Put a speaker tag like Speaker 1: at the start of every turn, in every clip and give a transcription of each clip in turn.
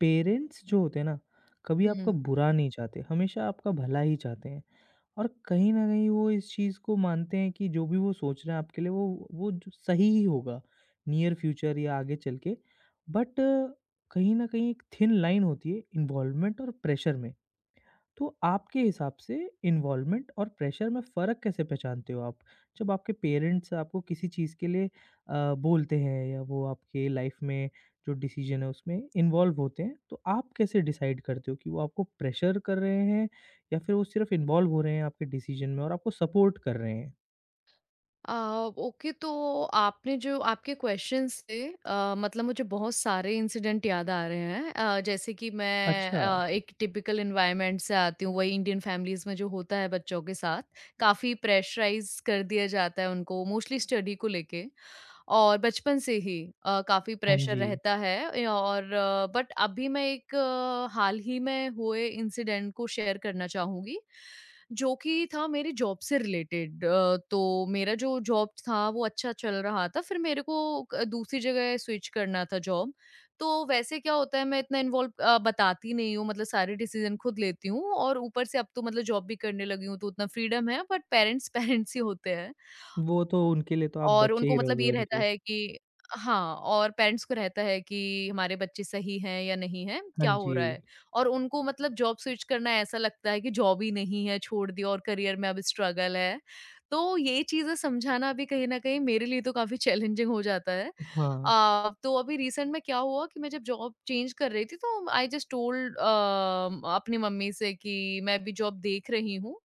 Speaker 1: Parents जो होते हैं ना, कभी आपका
Speaker 2: हुँ।
Speaker 1: बुरा नहीं चाहते, हमेशा आपका भला ही चाहते हैं। और कहीं न कहीं वो इस चीज़ को मानते हैं कि जो भी वो सोच रहे हैं आपके लिए वो जो सही ही होगा, नियर फ्यूचर या आगे चल के। बट कहीं न कहीं एक थिन लाइन होती है इन्वॉल्वमेंट और प्रेशर में। तो आपके हिसाब से इन्वॉल्वमेंट और प्रेशर में फ़र्क कैसे पहचानते हो आप? जब आपके पेरेंट्स आपको किसी चीज़ के लिए बोलते हैं या वो आपके लाइफ में जो डिसीजन है उसमें इन्वॉल्व होते हैं, तो आप कैसे डिसाइड करते हो कि वो आपको प्रेशर कर रहे हैं या फिर वो सिर्फ़ इन्वॉल्व हो रहे हैं आपके डिसीजन में और आपको सपोर्ट कर रहे हैं?
Speaker 2: अ, ओके तो आपने जो आपके क्वेश्चन से मतलब मुझे बहुत सारे इंसिडेंट याद आ रहे हैं। जैसे कि मैं
Speaker 1: अच्छा।
Speaker 2: एक टिपिकल एनवायरनमेंट से आती हूँ, वही इंडियन फैमिलीज़ में जो होता है बच्चों के साथ, काफ़ी प्रेशराइज़ कर दिया जाता है उनको मोस्टली स्टडी को लेके। और बचपन से ही काफ़ी
Speaker 1: हाँ
Speaker 2: प्रेशर
Speaker 1: जी।
Speaker 2: रहता है ए और। बट अभी मैं एक हाल ही में हुए इंसिडेंट को शेयर करना चाहूँगी। जो कि था मेरी जॉब से रिलेटेड। तो मेरा जो जॉब था वो अच्छा चल रहा था। फिर मेरे को दूसरी जगह स्विच करना था जॉब। तो वैसे क्या होता है, मैं इतना इन्वॉल्व बताती नहीं हूँ, मतलब सारे डिसीजन खुद लेती हूँ। और ऊपर से अब तो मतलब जॉब भी करने लगी हूँ, तो उतना फ्रीडम है। बट पेरेंट्स पेरेंट्स ही होते हैं।
Speaker 1: वो तो उनके लिए तो आप
Speaker 2: और
Speaker 1: बच्चे
Speaker 2: उनको
Speaker 1: ही
Speaker 2: मतलब
Speaker 1: रहोगे
Speaker 2: ये रहता
Speaker 1: उनके।
Speaker 2: है कि हाँ, और पेरेंट्स को रहता है कि हमारे बच्चे सही हैं या नहीं हैं,
Speaker 1: हाँ
Speaker 2: क्या हो
Speaker 1: जी।
Speaker 2: रहा है? और उनको मतलब जॉब स्विच करना ऐसा लगता है कि जॉब ही नहीं है, छोड़ दिया और करियर में अब स्ट्रगल है। तो ये चीज़ें समझाना भी कहीं न कहीं मेरे लिए तो काफ़ी चैलेंजिंग हो जाता है।
Speaker 1: हाँ,
Speaker 2: तो अभी रिसेंट में क्या हुआ कि मैं जब जॉब चेंज कर रही थी, तो आई जस्ट टोल्ड अपनी मम्मी से कि मैं अभी जॉब देख रही हूँ।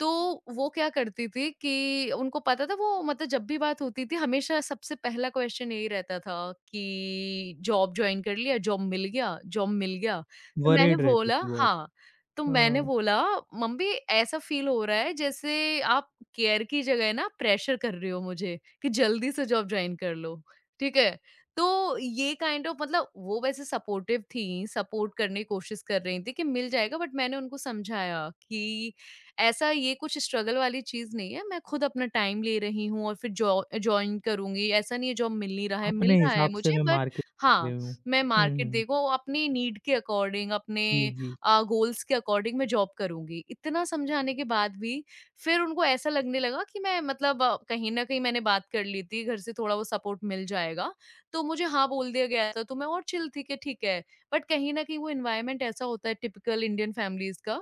Speaker 2: तो वो क्या करती थी कि उनको पता था, वो मतलब जब भी बात होती थी हमेशा सबसे पहला क्वेश्चन यही रहता था कि जॉब ज्वाइन कर लिया? जॉब मिल गया? जॉब मिल गया? तो मैंने
Speaker 1: वरीड रहती
Speaker 2: बोला
Speaker 1: थी बहुत।
Speaker 2: हाँ। तो मैंने
Speaker 1: हाँ।
Speaker 2: बोला मम्मी, ऐसा फील हो रहा है जैसे आप केयर की जगह ना प्रेशर कर रहे हो मुझे कि जल्दी से जॉब ज्वाइन कर लो, ठीक है। तो ये काइंड ऑफ मतलब वो वैसे सपोर्टिव थी, सपोर्ट करने की कोशिश कर रही थी कि मिल जाएगा। बट मैंने उनको समझाया कि ऐसा, ये कुछ स्ट्रगल वाली चीज़ नहीं है, मैं खुद अपना टाइम ले रही हूँ और फिर जॉ जॉइन करूँगी, ऐसा नहीं है जॉब मिल नहीं रहा है, मिल
Speaker 1: अपने
Speaker 2: रहा है
Speaker 1: हिसाब से
Speaker 2: मुझे।
Speaker 1: मैं
Speaker 2: बट
Speaker 1: मार्केट देख रही
Speaker 2: हाँ,
Speaker 1: हूँ।
Speaker 2: मैं
Speaker 1: हुँ,
Speaker 2: मार्केट
Speaker 1: हुँ।
Speaker 2: देखो, अपनी नीड के अकॉर्डिंग, अपने
Speaker 1: जी, जी।
Speaker 2: गोल्स के अकॉर्डिंग मैं जॉब करूँगी। इतना समझाने के बाद भी फिर उनको ऐसा लगने लगा कि मैं मतलब कहीं न कहीं मैंने बात कर ली थी, घर से थोड़ा वो सपोर्ट मिल जाएगा, तो मुझे हाँ बोल दिया गया था, तो मैं और चिल थी कि ठीक है। बट कहीं न कहीं वो एनवायरनमेंट ऐसा होता है टिपिकल इंडियन फैमिलीज़ का,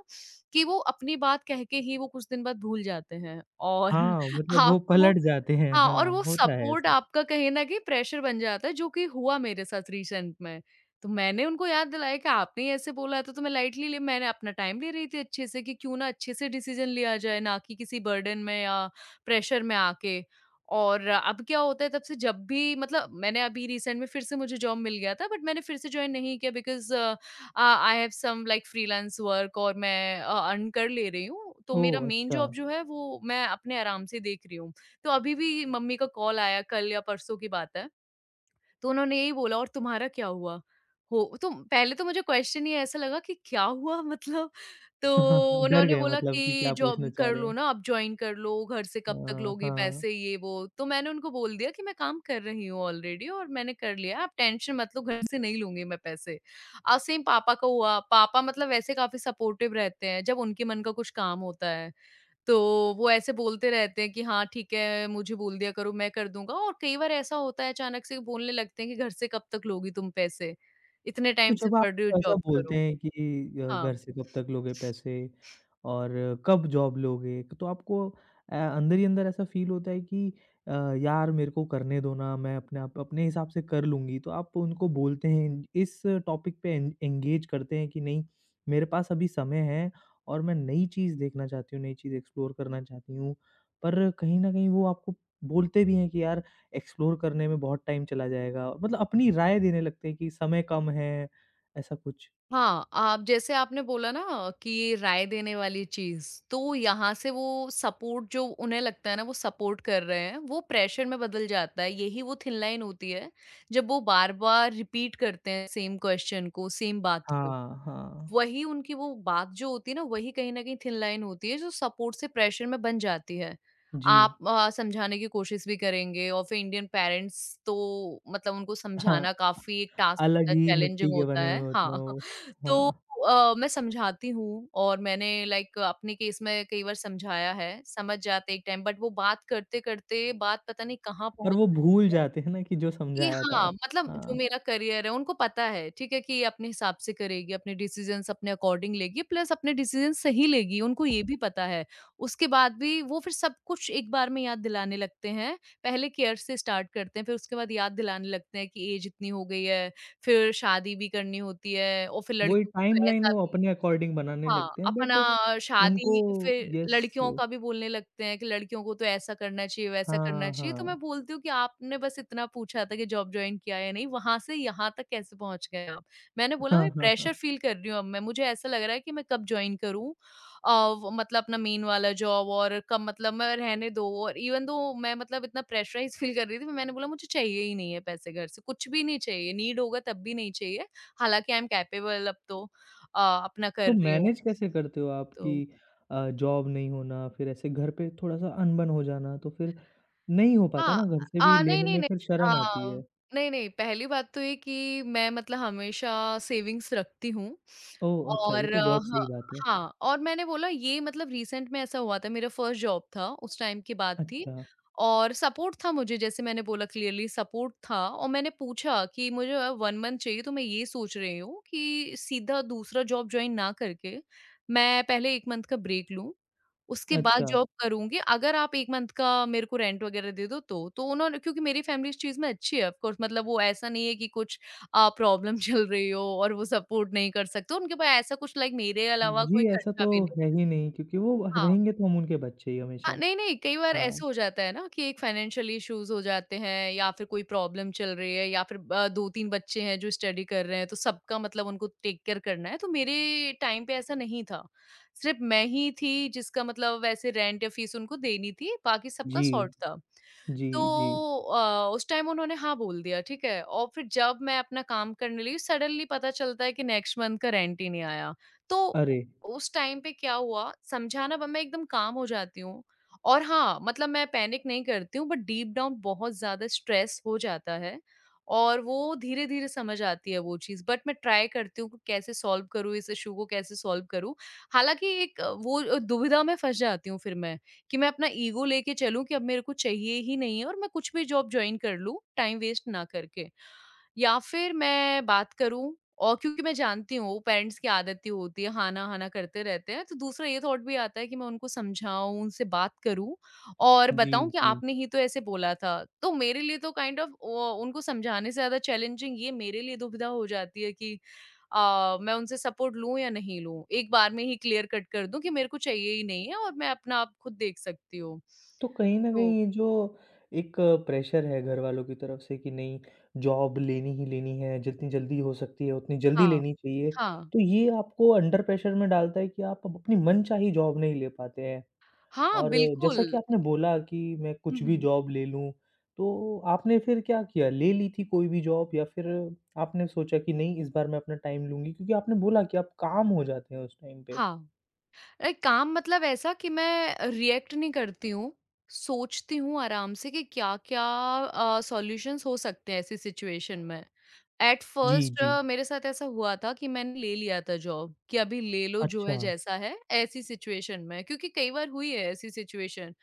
Speaker 2: कि वो अपनी बात कह के ही वो कुछ दिन बाद भूल जाते हैं और
Speaker 1: हाँ, मतलब वो
Speaker 2: आपको
Speaker 1: पलट जाते हैं।
Speaker 2: हाँ, और
Speaker 1: हाँ,
Speaker 2: वो
Speaker 1: होता है
Speaker 2: सपोर्ट
Speaker 1: ऐसा।
Speaker 2: आपका कहीं न कहीं प्रेशर बन जाता है, जो कि हुआ मेरे साथ रिसेंट में। तो मैंने उनको याद दिलाया कि आपने ही ऐसे बोला था, तो मैं लाइटली ले मैंने अपना टाइम ले रही थी अच्छे से कि क्यों ना अच्छे से डिसीज़न लिया जाए, ना कि किसी बर्डन में या प्रेशर में आके। और अब क्या होता है, तब से जब भी मतलब, मैंने अभी रिसेंट में फिर से मुझे जॉब मिल गया था, बट मैंने फिर से जॉइन नहीं किया, because I have some like freelance work और मैं अर्न कर ले रही हूँ। तो मेरा
Speaker 1: ओह!
Speaker 2: मेन
Speaker 1: अच्छा।
Speaker 2: जॉब जो है वो मैं अपने आराम से देख रही हूँ। तो अभी भी मम्मी का कॉल आया, कल या परसों की बात है, तो उन्होंने यही बोला, और तुम्हारा क्या हुआ? हो तो पहले तो मुझे क्वेश्चन ही ऐसा लगा कि क्या हुआ मतलब? तो
Speaker 1: डर
Speaker 2: उन्होंने
Speaker 1: गए
Speaker 2: बोला
Speaker 1: मतलब कि
Speaker 2: कि
Speaker 1: क्या
Speaker 2: जॉब
Speaker 1: पूछना चाह
Speaker 2: कर
Speaker 1: रहे
Speaker 2: लो
Speaker 1: हैं।
Speaker 2: ना, आप जॉइन कर लो, घर से
Speaker 1: अ,
Speaker 2: कब तक लोगे
Speaker 1: हाँ।
Speaker 2: पैसे, ये वो। तो मैंने उनको बोल दिया कि मैं काम कर रही हूँ ऑलरेडी और मैंने कर लिया है, आप टेंशन मत लो, घर से नहीं लूँगी मैं पैसे। सेम पापा का हुआ, पापा मतलब वैसे काफ़ी सपोर्टिव रहते हैं, जब उनके मन का कुछ काम होता है। तो वो ऐसे बोलते रहते हैं कि हाँ, ठीक है, मुझे बोल दिया करो, मैं कर दूँगा, और कई बार ऐसा होता है अचानक से बोलने लगते हैं कि घर से कब तक लोगी तुम पैसे? इतने
Speaker 1: तो
Speaker 2: टाइम से
Speaker 1: जब आप
Speaker 2: पढ़ रही हो,
Speaker 1: ऐसा
Speaker 2: जॉब
Speaker 1: बोलते
Speaker 2: करो।
Speaker 1: हैं कि
Speaker 2: हाँ।
Speaker 1: घर से कब तक लोगे पैसे और कब जॉब लोगे, तो आपको अंदर ही अंदर ऐसा फ़ील होता है कि अ, यार मेरे को करने दो ना, मैं अपने आप अपने हिसाब से कर लूँगी। तो आप उनको बोलते हैं, इस टॉपिक पे एन एंगेज करते हैं कि नहीं, मेरे पास अभी समय है और मैं नई चीज़ देखना चाहती हूँ, नई चीज़ एक्सप्लोर करना चाहती हूँ। पर कहीं न कहीं वो आपको बोलते भी हैं कि यार एक्सप्लोर करने में बहुत टाइम चला जाएगा। मतलब अपनी राय देने लगते हैं कि समय कम है, ऐसा कुछ।
Speaker 2: हाँ, आप जैसे आपने बोला ना कि राय देने वाली चीज़, तो यहाँ से वो सपोर्ट जो उन्हें लगता है ना वो सपोर्ट कर रहे हैं, वो प्रेशर में बदल जाता है, यही वो थिन लाइन होती है, जब वो बार-बार रिपीट करते हैं सेम क्वेश्चन को, सेम बात को।
Speaker 1: हाँ, हाँ।
Speaker 2: वही उनकी वो बात जो होती है ना वही कहीं न कहीं थिन लाइन होती है जो सपोर्ट से प्रेशर में बन जाती है।
Speaker 1: जी।
Speaker 2: आप समझाने की कोशिश भी करेंगे, और फिर इंडियन पेरेंट्स तो मतलब उनको
Speaker 1: हाँ,
Speaker 2: समझाना काफ़ी एक टास्क
Speaker 1: अलग
Speaker 2: होता है,
Speaker 1: ही
Speaker 2: चैलेंजिंग
Speaker 1: मिट्टी के
Speaker 2: होता
Speaker 1: बने हुए
Speaker 2: है।
Speaker 1: होते हैं
Speaker 2: हाँ,
Speaker 1: वो।
Speaker 2: तो
Speaker 1: हाँ,
Speaker 2: मैं समझाती हूँ, और मैंने लाइक अपने केस में कई बार समझाया है, समझ जाते एक टाइम, बट वो बात करते-करते बात पता नहीं कहाँ
Speaker 1: पर
Speaker 2: पहुँच
Speaker 1: वो भूल
Speaker 2: जाती है।
Speaker 1: जाते हैं ना कि जो
Speaker 2: कि
Speaker 1: समझाया था।
Speaker 2: हाँ, मतलब जो
Speaker 1: हाँ,
Speaker 2: मेरा करियर है उनको पता है, ठीक है, कि ये अपने हिसाब से करेगी, अपने डिसीज़न्स अपने अकॉर्डिंग लेगी, प्लस अपने डिसीज़न्स सही लेगी, उनको ये भी पता है। उसके बाद भी वो फिर सब कुछ एक बार में याद दिलाने लगते हैं, पहले केयर से स्टार्ट करते हैं, फिर उसके बाद याद दिलाने लगते हैं कि एज इतनी हो गई है, फिर शादी भी करनी होती है, और फिर
Speaker 1: वही
Speaker 2: लड़कियों को तो
Speaker 1: टाइमलाइन
Speaker 2: ऐसा
Speaker 1: वो
Speaker 2: भी
Speaker 1: अपने अकॉर्डिंग बनाने
Speaker 2: हाँ,
Speaker 1: लगते हैं बट
Speaker 2: अपना
Speaker 1: उनको।
Speaker 2: शादी, फिर
Speaker 1: यस।
Speaker 2: लड़कियों का भी बोलने लगते हैं कि लड़कियों को तो ऐसा करना चाहिए, वैसा करना
Speaker 1: हाँ,
Speaker 2: चाहिए। तो मैं
Speaker 1: हाँ।
Speaker 2: बोलती हूँ कि आपने बस इतना पूछा था कि जॉब जॉइन किया या नहीं, वहाँ से यहाँ तक कैसे पहुँच गए आप? मैंने बोला
Speaker 1: हाँ,
Speaker 2: मैं
Speaker 1: हाँ,
Speaker 2: प्रेशर
Speaker 1: हाँ।
Speaker 2: फील कर रही हूँ अब मैं, मुझे ऐसा लग रहा है कि मैं कब जॉइन करूँ अ, व मतलब अपना मेन वाला जॉब, और कब मतलब मैं रहने दो, और इवन दो मैं मतलब इतना प्रेशराइज़ फील कर रही थी, मैंने बोला मुझे चाहिए ही नहीं है पैसे घर से, कुछ भी नहीं चाहिए, नीड होगा तब भी नहीं चाहिए। हालाँकि आई एम कैपेबल अब तो अ, अपना कर
Speaker 1: तो
Speaker 2: रही हूँ।
Speaker 1: मैनेज कैसे करते हो आप कि
Speaker 2: तो
Speaker 1: जॉब नहीं होना, फिर ऐसे घर पे थोड़ा-सा अनबन हो जाना, तो फिर नहीं हो पाता है
Speaker 2: हाँ,
Speaker 1: ना, घर से भी
Speaker 2: नहीं,
Speaker 1: लेने
Speaker 2: नहीं,
Speaker 1: में
Speaker 2: नहीं।
Speaker 1: फिर शर्म आती
Speaker 2: अ,
Speaker 1: है।
Speaker 2: नहीं, नहीं, पहली बात तो ये कि मैं मतलब हमेशा सेविंग्स रखती हूँ।
Speaker 1: ओह! अच्छा, ये
Speaker 2: और
Speaker 1: तो
Speaker 2: आ,
Speaker 1: बहुत सही
Speaker 2: ह
Speaker 1: बात है।
Speaker 2: हाँ, और मैंने बोला ये मतलब रिसेंट में ऐसा हुआ था, मेरा फर्स्ट जॉब था, उस टाइम की बात थी,
Speaker 1: अच्छा,
Speaker 2: और सपोर्ट था मुझे, जैसे मैंने बोला क्लियरली सपोर्ट था। और मैंने पूछा कि मुझे 1 मंथ चाहिए, तो मैं ये सोच रही हूँ कि सीधा दूसरा जॉब जॉइन ना करके, मैं पहले 1 मंथ का ब्रेक लूँ, उसके बाद
Speaker 1: अच्छा।
Speaker 2: जॉब करूँगी, अगर आप 1 मंथ का मेरे को रेंट वग़ैरह दे दो तो। तो उन्होंने, क्योंकि मेरी फैमिली इस चीज़ में अच्छी है ऑफ कोर्स, मतलब वो ऐसा नहीं है कि कुछ प्रॉब्लम चल रही हो और वो सपोर्ट नहीं कर सकते, उनके पास ऐसा कुछ, लाइक मेरे अलावा कोई
Speaker 1: जी, ऐसा
Speaker 2: खर्चा
Speaker 1: तो
Speaker 2: भी नहीं।
Speaker 1: है ही नहीं क्योंकि वो
Speaker 2: हाँ।
Speaker 1: रहेंगे तो हम उनके बच्चे ही
Speaker 2: हाँ,
Speaker 1: हमेशा।
Speaker 2: नहीं, नहीं, कई बार ऐसे
Speaker 1: हाँ।
Speaker 2: हो जाता है ना कि एक फाइनेंशियल इश्यूज़ हो जाते हैं, या फिर कोई प्रॉब्लम चल रही है, या फिर 2-3 बच्चे हैं जो स्टडी कर रहे हैं, तो सबका मतलब उनको टेक केयर करना है, तो मेरे टाइम पे ऐसा नहीं था। सिर्फ़ मैं ही थी जिसका मतलब वैसे रेंट या फीस उनको देनी थी, बाकी सबका
Speaker 1: जी,
Speaker 2: सॉर्ट था।
Speaker 1: जी,
Speaker 2: तो
Speaker 1: जी।
Speaker 2: उस टाइम उन्होंने हाँ बोल दिया, ठीक है? और फिर जब मैं अपना काम करने लगी, सडनली पता चलता है कि नेक्स्ट मंथ का रेंट ही नहीं आया। तो
Speaker 1: अरे!
Speaker 2: उस टाइम पे क्या हुआ, समझाना, मैं एकदम काम हो जाती हूँ, और हाँ, मतलब मैं पैनिक नहीं करती हूँ बट डीप डाउन बहुत ज़्यादा स्ट्रेस हो जाता है, और वो धीरे-धीरे समझ आती है वो चीज़, बट मैं ट्राई करती हूँ कि कैसे सॉल्व करूँ, इस इश्यू को कैसे सॉल्व करूँ। हालाँकि एक वो दुविधा में फँस जाती हूँ फिर मैं। कि मैं अपना ईगो लेके चलूँ कि अब मेरे को चाहिए ही नहीं है और मैं कुछ भी जॉब जॉइन कर लूँ, टाइम वेस्ट ना करके। या फिर मैं बात करूँ, और क्योंकि मैं जानती हूँ पेरेंट्स की आदत ही होती है, हाँ ना करते रहते हैं। तो दूसरा ये थॉट भी आता है कि मैं उनको समझाऊँ, उनसे बात करूँ और
Speaker 1: जी,
Speaker 2: बताऊँ कि
Speaker 1: जी।
Speaker 2: आपने ही तो ऐसे बोला था। तो मेरे लिए तो काइंड ऑफ़ वो उनको समझाने से ज़्यादा चैलेंजिंग ये मेरे लिए दुविधा हो जाती है कि मैं उनसे सपोर्ट लूँ या नहीं लूँ? एक बार में ही क्लियर कट कर दूँ कि मेरे को चाहिए ही नहीं है और मैं अपना आप खुद देख सकती हूँ।
Speaker 1: तो कहीं न
Speaker 2: तो
Speaker 1: कहीं ये जो एक प्रेशर है घरवालों की तरफ से कि नहीं, जॉब लेनी ही लेनी है, जितनी जल्दी हो सकती है उतनी जल्दी
Speaker 2: हाँ,
Speaker 1: लेनी चाहिए।
Speaker 2: हाँ।
Speaker 1: तो ये आपको अंडर प्रेशर में डालता है कि आप अब अपनी मनचाही जॉब नहीं ले पाते हैं।
Speaker 2: हाँ,
Speaker 1: और जैसा
Speaker 2: बिल्कुल।
Speaker 1: कि आपने बोला कि मैं
Speaker 2: हुँ,
Speaker 1: कुछ भी
Speaker 2: हुँ।
Speaker 1: जॉब ले लूँ, तो आपने फिर क्या किया? ले ली थी कोई भी जॉब या फिर आपने सोचा कि नहीं इस बार मैं अपना टाइम लूँगी? क्योंकि आपने बोला कि आप काम हो जाते हैं उस टाइम पे।
Speaker 2: हाँ। अरे काम मतलब ऐसा कि मैं रिएक्ट नहीं करती हूँ, सोचती हूँ आराम से कि क्या क्या सॉल्यूशंस हो सकते हैं ऐसी सिचुएशन में। एट
Speaker 1: जी,
Speaker 2: फर्स्ट
Speaker 1: जी।
Speaker 2: मेरे साथ ऐसा हुआ था कि मैंने ले लिया था जॉब कि अभी ले लो जो
Speaker 1: अच्छा।
Speaker 2: है जैसा है, ऐसी सिचुएशन में, क्योंकि कई बार हुई है ऐसी सिचुएशन।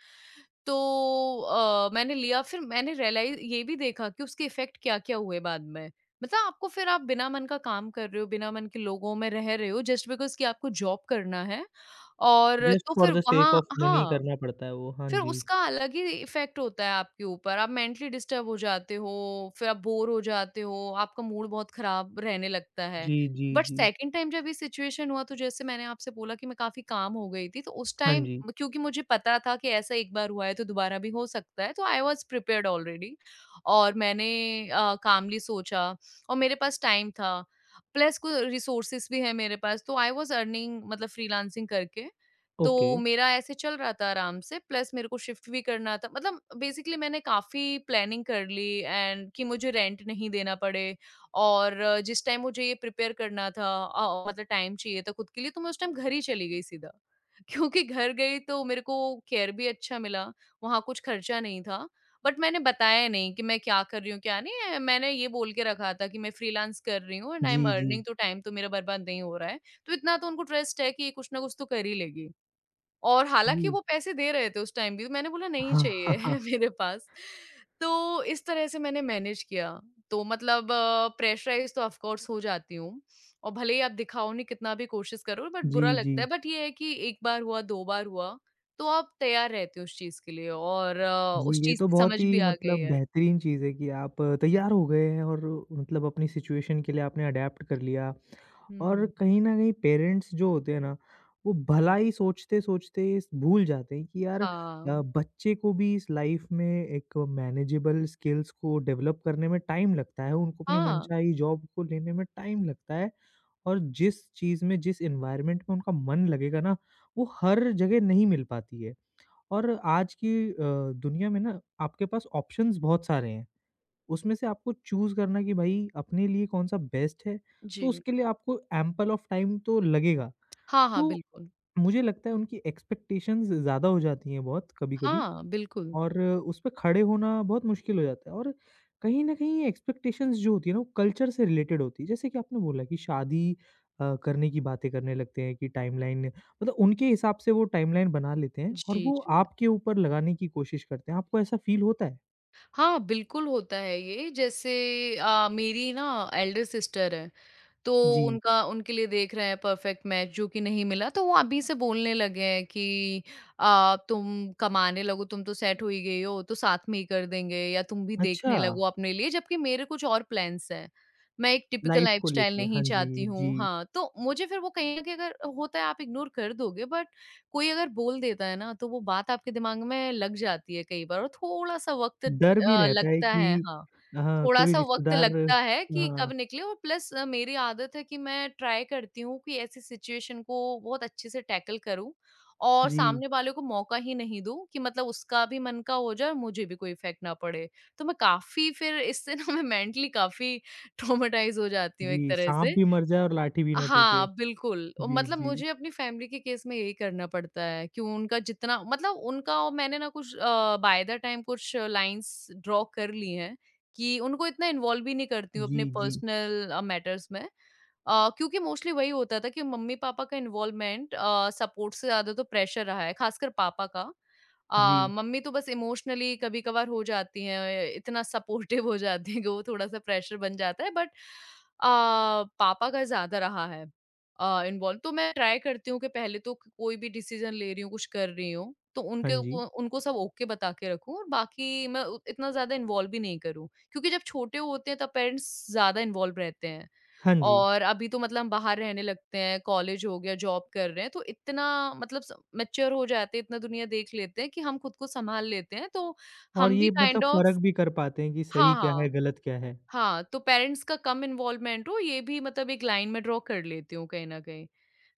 Speaker 2: तो मैंने लिया, फिर मैंने रियलाइज ये भी देखा कि उसके इफेक्ट क्या क्या हुए बाद में। मतलब आपको फिर आप बिना मन का काम कर रहे हो, बिना मन के लोगों में रह रहे हो जस्ट बिकॉज कि आपको जॉब करना है, और
Speaker 1: जस्ट
Speaker 2: तो
Speaker 1: फॉर
Speaker 2: फिर
Speaker 1: द
Speaker 2: वहाँ
Speaker 1: सेक ऑफ मनी
Speaker 2: हाँ,
Speaker 1: करना पड़ता है वो। हाँ
Speaker 2: फिर
Speaker 1: जी।
Speaker 2: उसका अलग ही इफ़ेक्ट होता है आपके ऊपर, आप मेंटली डिस्टर्ब हो जाते हो, फिर आप बोर हो जाते हो, आपका मूड बहुत खराब रहने लगता है।
Speaker 1: जी, जी,
Speaker 2: बट
Speaker 1: जी।
Speaker 2: सेकंड टाइम जब ये सिचुएशन हुआ तो जैसे मैंने आपसे बोला कि मैं काफ़ी काम हो गई थी, तो उस
Speaker 1: हाँ
Speaker 2: टाइम
Speaker 1: जी।
Speaker 2: क्योंकि मुझे पता था कि ऐसा एक बार हुआ है तो दोबारा भी हो सकता है, तो आई वाज़ प्रिपेयर्ड ऑलरेडी। और मैंने कामली सोचा और मेरे पास टाइम था, प्लस कोई रिसोर्सेज़ भी हैं मेरे पास, तो आई वाज़ अर्निंग मतलब फ्रीलांसिंग करके। तो
Speaker 1: ओके।
Speaker 2: मेरा ऐसे चल रहा था आराम से, प्लस मेरे को शिफ्ट भी करना था, मतलब बेसिकली मैंने काफ़ी प्लानिंग कर ली एंड कि मुझे रेंट नहीं देना पड़े। और जिस टाइम मुझे ये प्रिपेयर करना था, मतलब टाइम चाहिए था खुद के लिए, तो मैं उस टाइम घर ही चली गई सीधा। क्योंकि घर गई तो मेरे को केयर भी अच्छा मिला, वहाँ कुछ खर्चा नहीं था। बट मैंने बताया नहीं कि मैं क्या कर रही हूँ क्या नहीं है। मैंने ये बोल के रखा था कि मैं फ्रीलांस कर रही हूँ एंड आई
Speaker 1: जी,
Speaker 2: एम
Speaker 1: जी।
Speaker 2: अर्निंग, तो टाइम तो मेरा बर्बाद नहीं हो रहा है। तो इतना तो उनको ट्रस्ट है कि ये कुछ ना कुछ तो कर ही लेगी। और हालाँकि
Speaker 1: जी।
Speaker 2: वो पैसे दे रहे थे उस टाइम भी, तो मैंने बोला नहीं
Speaker 1: हाँ, हाँ,
Speaker 2: चाहिए
Speaker 1: हाँ।
Speaker 2: मेरे पास। तो इस तरह से मैंने मैनेज किया। तो मतलब प्रेशराइज़ तो ऑफ़ कोर्स हो जाती हूँ और भले ही आप दिखाओ नहीं, कितना भी कोशिश करो, बट
Speaker 1: जी,
Speaker 2: बुरा
Speaker 1: जी।
Speaker 2: लगता है। बट ये है कि 1 बार हुआ, 2 बार हुआ, तो आप तैयार रहते हो उस चीज़ के लिए और
Speaker 1: जी,
Speaker 2: उस
Speaker 1: ये
Speaker 2: चीज़
Speaker 1: तो
Speaker 2: की
Speaker 1: बहुत
Speaker 2: समझ भी
Speaker 1: ही
Speaker 2: आ गई
Speaker 1: मतलब
Speaker 2: है।
Speaker 1: बेहतरीन चीज़ है कि आप तैयार हो गए हैं और मतलब अपनी सिचुएशन के लिए आपने अडैप्ट कर लिया। और
Speaker 2: हुँ।
Speaker 1: कहीं न कहीं पेरेंट्स जो होते हैं ना, वो भलाई सोचते-सोचते स भूल जाते हैं कि यार
Speaker 2: हाँ।
Speaker 1: बच्चे को भी इस लाइफ़ में एक मैनेजेबल स्किल्स को डेवलप करने में टाइम लगता है, उनको अपनी
Speaker 2: हाँ।
Speaker 1: मनचाही जॉब को लेने में टाइम लगता है और जिस चीज़ में, जिस एनवायरनमेंट में उनका मन लगेगा ना, वो हर जगह नहीं मिल पाती है। और आज की दुनिया में ना आपके पास ऑप्शंस बहुत सारे हैं। उसमें से आपको चूज़ करना कि भाई अपने लिए कौन-सा बेस्ट है, तो
Speaker 2: जी।
Speaker 1: उसके लिए आपको एम्पल ऑफ टाइम तो लगेगा।
Speaker 2: हाँ, हाँ,
Speaker 1: तो
Speaker 2: बिल्कुल।
Speaker 1: मुझे लगता है उनकी एक्सपेक्टेशंस ज़्यादा हो जाती हैं बहुत कभी-कभी।
Speaker 2: हाँ, बिल्कुल।
Speaker 1: और उस पे खड़े होना बहुत मुश्किल हो जाता है और कहीं न कहीं एक्सपेक्टेशंस जो होती है ना वो कल्चर से रिलेटेड होती है। जैसे कि आपने बोला कि शादी करने की बातें करने लगते हैं कि टाइमलाइन मतलब उनके हिसाब से वो टाइमलाइन बना लेते हैं और
Speaker 2: जी,
Speaker 1: वो
Speaker 2: जी।
Speaker 1: आपके ऊपर लगाने की कोशिश करते हैं। आपको ऐसा फ़ील होता है?
Speaker 2: हाँ, बिल्कुल होता है ये। जैसे मेरी ना एल्डर सिस्टर है, तो
Speaker 1: जी।
Speaker 2: उनका उनके लिए देख रहे हैं परफेक्ट मैच जो कि नहीं मिला, तो वो अभी से बोलने लगे हैं कि आ, तुम कमाने लगो, तुम तो सेट हो ही गई हो, तो साथ में ही कर देंगे, या तुम भी
Speaker 1: अच्छा,
Speaker 2: देखने लगो अपने लिए, जबकि मेरे कुछ और प्लान्स हैं। मैं एक टिपिकल
Speaker 1: लाइफ़ को
Speaker 2: लाइफस्टाइल
Speaker 1: लेके।
Speaker 2: नहीं
Speaker 1: हाँ
Speaker 2: चाहती
Speaker 1: जी,
Speaker 2: हूँ।
Speaker 1: जी।
Speaker 2: हाँ, तो मुझे फिर वो कहीं ना कहीं अगर होता है आप इग्नोर कर दोगे, बट कोई अगर बोल देता है ना तो वो बात आपके दिमाग में लग जाती है कई बार, और थोड़ा सा वक्त
Speaker 1: डर भी रहता है
Speaker 2: लगता
Speaker 1: कि
Speaker 2: है। हाँ,
Speaker 1: हाँ, कोई
Speaker 2: थोड़ा-सा वक़्त
Speaker 1: रिश्तेदार।
Speaker 2: लगता है कि कब
Speaker 1: हाँ,
Speaker 2: निकले। और प्लस मेरी आदत है कि मैं ट्राई करती हूँ कि ऐसी सिचुएशन को बहुत अच्छे से टैकल करूँ और
Speaker 1: जी,
Speaker 2: सामने वाले को मौका ही नहीं दूँ कि मतलब उसका भी मन का हो जाए और मुझे भी कोई इफ़ेक्ट ना पड़े। तो मैं काफ़ी फिर इससे ना मैं मेंटली काफ़ी ट्रॉमेटाइज़ हो जाती हूँ एक
Speaker 1: जी,
Speaker 2: तरह
Speaker 1: साँप
Speaker 2: से।
Speaker 1: भी मर जाए और लाठी भी ना
Speaker 2: हाँ,
Speaker 1: टूटे।
Speaker 2: बिल्कुल। और
Speaker 1: जी,
Speaker 2: मतलब
Speaker 1: जी।
Speaker 2: मुझे अपनी फैमिली के केस में यही करना पड़ता है कि उनका जितना मतलब उनका, और मैंने ना कुछ बाय द टाइम कुछ लाइन्स ड्रॉ कर ली हैं कि उनको इतना इन्वॉल्व भी नहीं करती हूँ
Speaker 1: जी,
Speaker 2: अपने
Speaker 1: जी,
Speaker 2: पर्सनल मैटर्स में। क्योंकि मोस्टली वही होता था कि मम्मी-पापा का इन्वॉल्वमेंट सपोर्ट से ज़्यादा तो प्रेशर रहा है, ख़ासकर पापा का।
Speaker 1: जी।
Speaker 2: मम्मी तो बस इमोशनली कभी-कभार हो जाती हैं, इतना सपोर्टिव हो जाती हैं कि वो थोड़ा-सा प्रेशर बन जाता है, बट अ, पापा का ज़्यादा रहा है। इन्वॉल्व तो मैं ट्राई करती हूँ कि पहले तो कोई भी डिसीज़न ले रही हूँ, कुछ कर रही हूँ, तो
Speaker 1: हाँ
Speaker 2: उनके
Speaker 1: जी,
Speaker 2: को उनको सब ओके बता के रखूँ और बाकी मैं उ इतना ज़्यादा इन्वॉल्व भी नहीं करूँ। क्योंकि जब छोटे होते हैं तब पेरेंट्स ज़्यादा इन्वॉल्व रहते हैं,
Speaker 1: हाँ जी।
Speaker 2: और अभी तो मतलब हम बाहर रहने लगते हैं, कॉलेज हो गया, जॉब कर रहे हैं, तो इतना मतलब स मैच्योर हो जाते हैं, इतना दुनिया देख लेते हैं कि हम खुद को सँभाल लेते हैं, तो
Speaker 1: और
Speaker 2: हम भी
Speaker 1: ये मतलब
Speaker 2: काइंड
Speaker 1: फ़र्क
Speaker 2: ऑफ
Speaker 1: भी कर पाते हैं कि
Speaker 2: हाँ,
Speaker 1: सही क्या है,
Speaker 2: हाँ।
Speaker 1: गलत क्या है।
Speaker 2: हाँ, तो पेरेंट्स का कम इन्वॉल्वमेंट हो ये भी मतलब एक लाइन में ड्रॉ कर लेती हूँ कहीं न कहीं।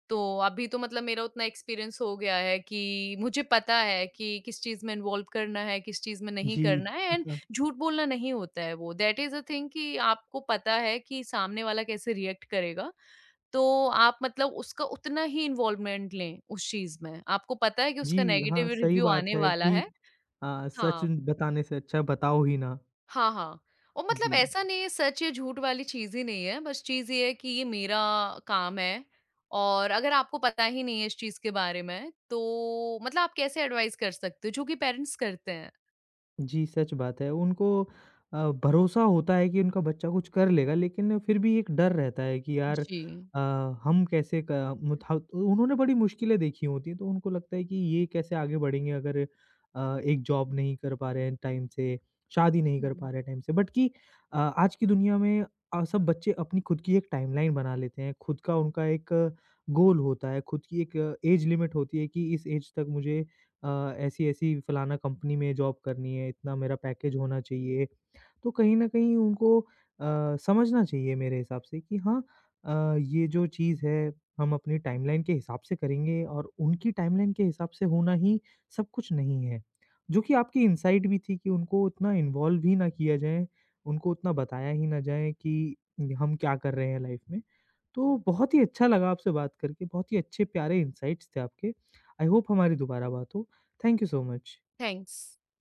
Speaker 2: तो अभी तो मतलब मेरा उतना एक्सपीरियंस हो गया है कि मुझे पता है कि किस चीज़ में इन्वॉल्व करना है, किस चीज़ में नहीं
Speaker 1: जी,
Speaker 2: करना है, एंड
Speaker 1: हाँ,
Speaker 2: झूठ बोलना नहीं होता है वो। दैट इज़ अ थिंग कि आपको पता है कि सामने वाला कैसे रिएक्ट करेगा, तो आप मतलब उसका उतना ही इन्वॉल्वमेंट लें उस चीज़ में। आपको पता है कि उसका
Speaker 1: जी, हाँ,
Speaker 2: नेगेटिव
Speaker 1: सही
Speaker 2: रिव्यू
Speaker 1: बात
Speaker 2: आने
Speaker 1: है
Speaker 2: वाला
Speaker 1: कि
Speaker 2: है।
Speaker 1: सच
Speaker 2: हाँ।
Speaker 1: बताने से अच्छा बताओ ही ना।
Speaker 2: हाँ, हाँ। और मतलब
Speaker 1: जी।
Speaker 2: ऐसा नहीं है, सच या झूठ वाली चीज़ ही नहीं है, बस चीज़ ये है कि ये मेरा काम है। और अगर आपको पता ही नहीं है इस चीज़ के बारे में, तो मतलब आप कैसे एडवाइस कर सकते हो, जो कि पेरेंट्स करते हैं?
Speaker 1: जी, सच बात है। उनको भरोसा होता है कि उनका बच्चा कुछ कर लेगा, लेकिन फिर भी एक डर रहता है कि यार
Speaker 2: जी।
Speaker 1: हम कैसे क मुथा उन्होंने बड़ी मुश्किलें देखी होती हैं, तो उनको लगता है कि ये कैसे आगे बढ़ेंगे अगर एक जॉब नहीं कर पा रहे हैं टाइम से, शादी नहीं कर
Speaker 2: हुँ।
Speaker 1: पा रहे हैं टाइम से। बट कि आज की दुनिया में सब बच्चे अपनी खुद की एक टाइमलाइन बना लेते हैं, खुद का उनका एक गोल होता है, खुद की एक एज लिमिट होती है कि इस एज तक मुझे अ, ऐसी-ऐसी फलाना कंपनी में जॉब करनी है, इतना मेरा पैकेज होना चाहिए। तो कहीं न कहीं उनको समझना चाहिए मेरे हिसाब से कि हाँ, अ, ये जो चीज़ है हम अपनी टाइमलाइन के हिसाब से करेंगे और उनकी टाइमलाइन के हिसाब से होना ही सब कुछ नहीं है। जो कि आपकी इनसाइट भी थी कि उनको उतना इन्वॉल्व ही ना किया जाए, उनको उतना बताया ही ना जाए कि हम क्या कर रहे हैं लाइफ में। तो बहुत ही अच्छा लगा आपसे बात करके, बहुत ही अच्छे प्यारे इनसाइट्स थे आपके। आई होप हमारी दोबारा बात हो। Thank you so much.
Speaker 2: Thanks.